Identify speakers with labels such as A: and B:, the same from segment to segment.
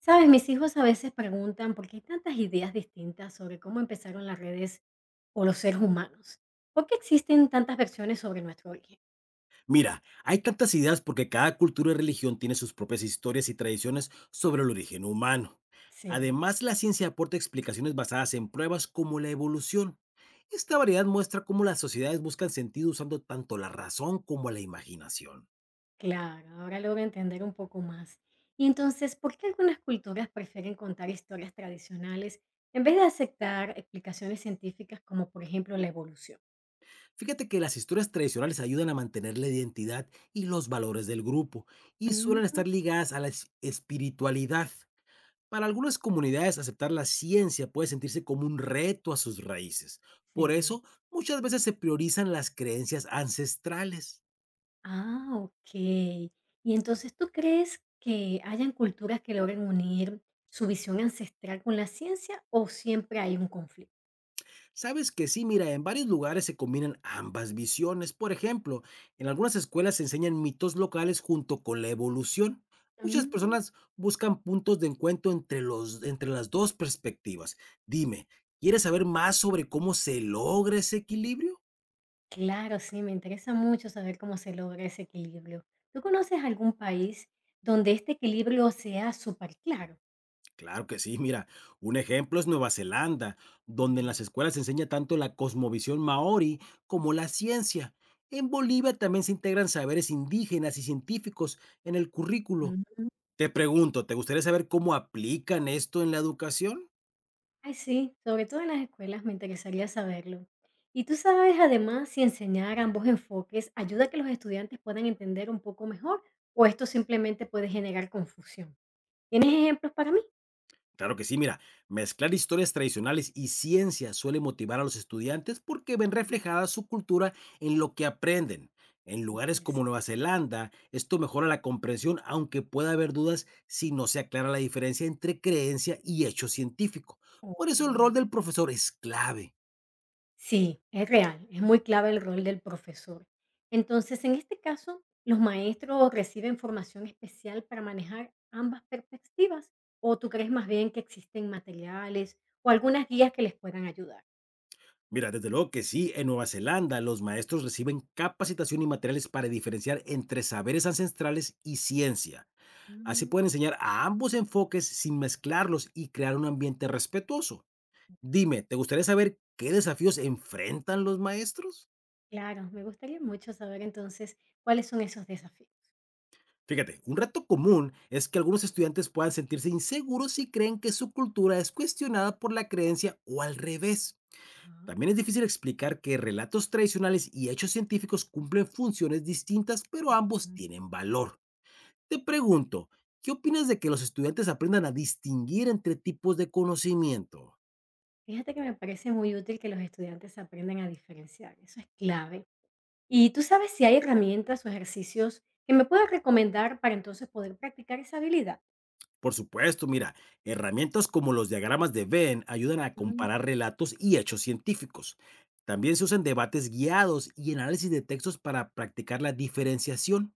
A: Sabes, mis hijos a veces preguntan por qué hay tantas ideas distintas sobre cómo empezaron las redes o los seres humanos. ¿Por qué existen tantas versiones sobre nuestro origen?
B: Mira, hay tantas ideas porque cada cultura y religión tiene sus propias historias y tradiciones sobre el origen humano.
A: Sí,
B: Además, la ciencia aporta explicaciones basadas en pruebas como la evolución. Esta variedad muestra cómo las sociedades buscan sentido usando tanto la razón como la imaginación.
A: claro, ahora logro entender un poco más. Y entonces, ¿por qué algunas culturas prefieren contar historias tradicionales en vez de aceptar explicaciones científicas como por ejemplo la evolución?
B: Fíjate que las historias tradicionales ayudan a mantener la identidad y los valores del grupo y
A: Mm.
B: suelen estar ligadas a la espiritualidad. Para algunas comunidades, aceptar la ciencia puede sentirse como un reto a sus raíces. Por
A: Sí.
B: eso, muchas veces se priorizan las creencias ancestrales.
A: Ah, ok. Y entonces, ¿tú crees que hayan culturas que logren unir su visión ancestral con la ciencia o siempre hay un conflicto?
B: Sabes que sí, mira, en varios lugares se combinan ambas visiones. Por ejemplo, en algunas escuelas se enseñan mitos locales junto con la evolución. Muchas
A: Mm,
B: personas buscan puntos de encuentro entre las dos perspectivas. Dime, ¿quieres saber más sobre cómo se logra ese equilibrio?
A: claro, sí, me interesa mucho saber cómo se logra ese equilibrio. ¿Tú conoces algún país donde este equilibrio sea súper claro?
B: Claro que sí, mira, un ejemplo es Nueva Zelanda, donde en las
A: Sí.
B: escuelas se enseña tanto la cosmovisión maorí como la ciencia. En Bolivia también se integran saberes indígenas y científicos en el currículo. Te pregunto, ¿te gustaría saber cómo aplican esto en la educación?
A: Ay, sí, sobre todo en las escuelas me interesaría saberlo. ¿Y tú sabes además si enseñar ambos enfoques ayuda a que los estudiantes puedan entender un poco mejor o esto simplemente puede generar confusión? ¿Tienes ejemplos para mí?
B: Claro que sí, mira, mezclar historias tradicionales y ciencia suele motivar a los estudiantes porque ven
A: Ah,
B: reflejada su cultura en lo que aprenden. En lugares como
A: interesante.
B: Nueva Zelanda, esto mejora la comprensión, aunque pueda haber dudas si no se aclara la diferencia entre creencia y hecho científico. Por
A: Ok.
B: eso el rol del profesor es clave.
A: Sí, es real, es muy clave el rol del profesor. Entonces, en este caso, ¿los maestros reciben formación especial para manejar ambas perspectivas? ¿O tú crees más bien que existen materiales o algunas guías que les puedan ayudar?
B: Mira, desde luego que sí, en Nueva Zelanda los maestros reciben capacitación y materiales para diferenciar entre saberes ancestrales y ciencia. Así pueden enseñar a ambos enfoques sin mezclarlos y crear un ambiente respetuoso. Dime, ¿te gustaría saber qué desafíos enfrentan los maestros?
A: Claro, me gustaría mucho saber entonces cuáles son esos desafíos.
B: Fíjate, un reto común es que algunos estudiantes puedan sentirse inseguros si creen que su cultura es cuestionada por la creencia o al revés.
A: Ajá,
B: También es difícil explicar que relatos tradicionales y hechos científicos cumplen funciones distintas, pero ambos
A: ujú.
B: tienen valor. Te pregunto, ¿qué opinas de que los estudiantes aprendan a distinguir entre tipos de conocimiento?
A: Fíjate que me parece muy útil que los estudiantes aprendan a diferenciar, eso es clave. ¿Y tú sabes si hay herramientas o ejercicios que me puedas recomendar para entonces poder practicar esa habilidad?
B: Por supuesto, mira, herramientas como los diagramas de Venn ayudan a
A: Mm.
B: comparar relatos y hechos científicos. También se usan debates guiados y análisis de textos para practicar la diferenciación.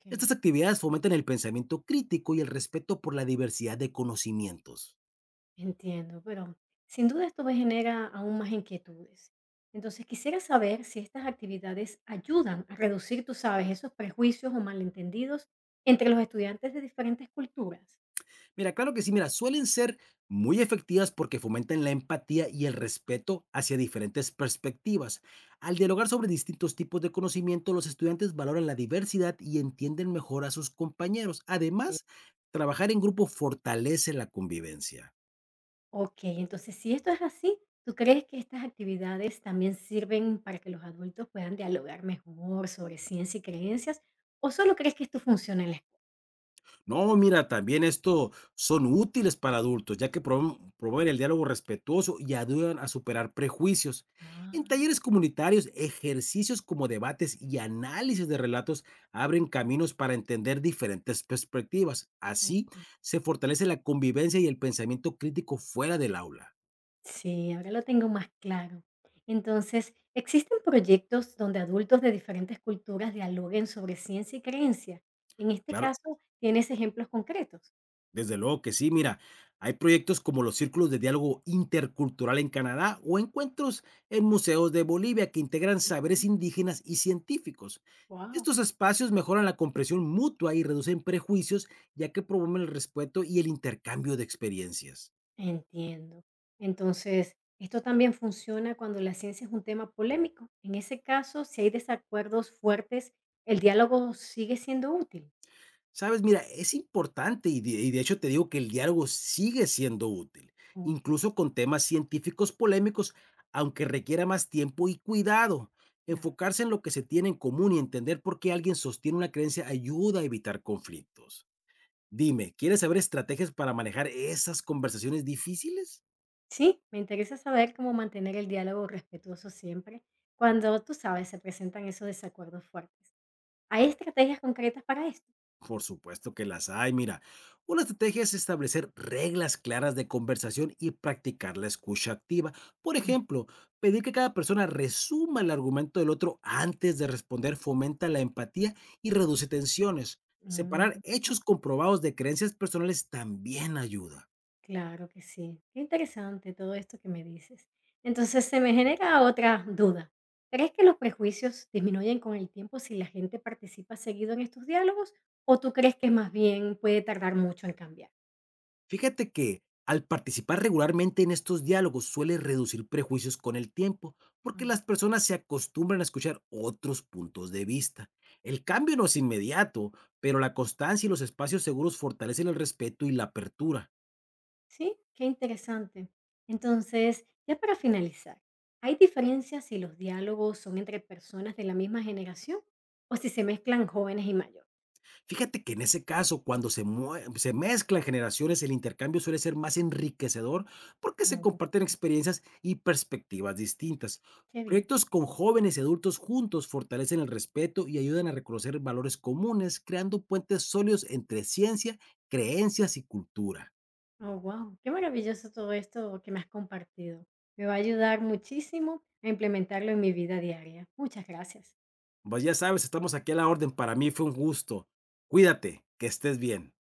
A: Ok.
B: Estas actividades fomentan el pensamiento crítico y el respeto por la diversidad de conocimientos.
A: Entiendo, pero sin duda esto me genera aún más inquietudes. Entonces quisiera saber si estas actividades ayudan a reducir, tú sabes, esos prejuicios o malentendidos entre los estudiantes de diferentes culturas.
B: Mira, claro que sí, mira, suelen ser muy efectivas porque fomentan la empatía y el respeto hacia diferentes perspectivas. Al dialogar sobre distintos tipos de conocimiento, los estudiantes valoran la diversidad y entienden mejor a sus compañeros. Además, trabajar en grupo fortalece la convivencia.
A: Ok, entonces si esto es así, ¿tú crees que estas actividades también sirven para que los adultos puedan dialogar mejor sobre ciencia y creencias? ¿O solo crees que esto funciona en la escuela?
B: No, mira, también esto son útiles para adultos, ya que promueven el diálogo respetuoso y ayudan a superar prejuicios. En
A: Ah,
B: talleres comunitarios, ejercicios como debates y análisis de relatos abren caminos para entender diferentes perspectivas. Así
A: ok.
B: se fortalece la convivencia y el pensamiento crítico fuera del aula.
A: Sí, ahora lo tengo más claro. Entonces, ¿existen proyectos donde adultos de diferentes culturas dialoguen sobre ciencia y creencia? En este
B: Claro,
A: caso, ¿tienes ejemplos concretos?
B: desde luego que sí, mira, hay proyectos como los círculos de diálogo intercultural en Canadá o encuentros en museos de Bolivia que integran saberes indígenas y científicos.
A: Wow.
B: Estos espacios mejoran la comprensión mutua y reducen prejuicios, ya que promueven el respeto y el intercambio de experiencias.
A: Entiendo. Entonces, esto también funciona cuando la ciencia es un tema polémico. En ese caso, si hay desacuerdos fuertes, el diálogo sigue siendo útil.
B: Sabes, mira, es importante y de hecho te digo que el diálogo sigue siendo útil,
A: Ok,
B: incluso con temas científicos polémicos, aunque requiera más tiempo y cuidado.
A: claro.
B: Enfocarse en lo que se tiene en común y entender por qué alguien sostiene una creencia ayuda a evitar conflictos. Dime, ¿quieres saber estrategias para manejar esas conversaciones difíciles?
A: Sí, me interesa saber cómo mantener el diálogo respetuoso siempre cuando, tú sabes, se presentan esos desacuerdos fuertes. ¿Hay estrategias concretas para esto?
B: Por supuesto que las hay. Mira, una estrategia es establecer reglas claras de conversación y practicar la escucha activa. Por
A: Mm.
B: ejemplo, pedir que cada persona resuma el argumento del otro antes de responder fomenta la empatía y reduce tensiones.
A: Mm.
B: Separar hechos comprobados de creencias personales también ayuda.
A: Claro que sí. Qué interesante todo esto que me dices. Entonces, se me genera otra duda. ¿Crees que los prejuicios disminuyen con el tiempo si la gente participa seguido en estos diálogos? ¿O tú crees que más bien puede tardar mucho en cambiar?
B: Fíjate que al participar regularmente en estos diálogos suele reducir prejuicios con el tiempo, porque las
A: Ah.
B: personas se acostumbran a escuchar otros puntos de vista. El cambio no es inmediato, pero la constancia y los espacios seguros fortalecen el respeto y la apertura.
A: Sí, qué interesante. Entonces, ya para finalizar, ¿hay diferencias si los diálogos son entre personas de la misma generación o si se mezclan jóvenes y mayores?
B: Fíjate que en ese caso, cuando se mezclan generaciones, el intercambio suele ser más enriquecedor porque se
A: Ok.
B: comparten experiencias y perspectivas distintas.
A: Qué bien.
B: Proyectos con jóvenes y adultos juntos fortalecen el respeto y ayudan a reconocer valores comunes, creando puentes sólidos entre ciencia, creencias y cultura.
A: Oh, wow, qué maravilloso todo esto que me has compartido. Me va a ayudar muchísimo a implementarlo en mi vida diaria. Muchas gracias.
B: Pues ya sabes, estamos aquí a la orden. Para mí fue un gusto. Cuídate, que estés bien.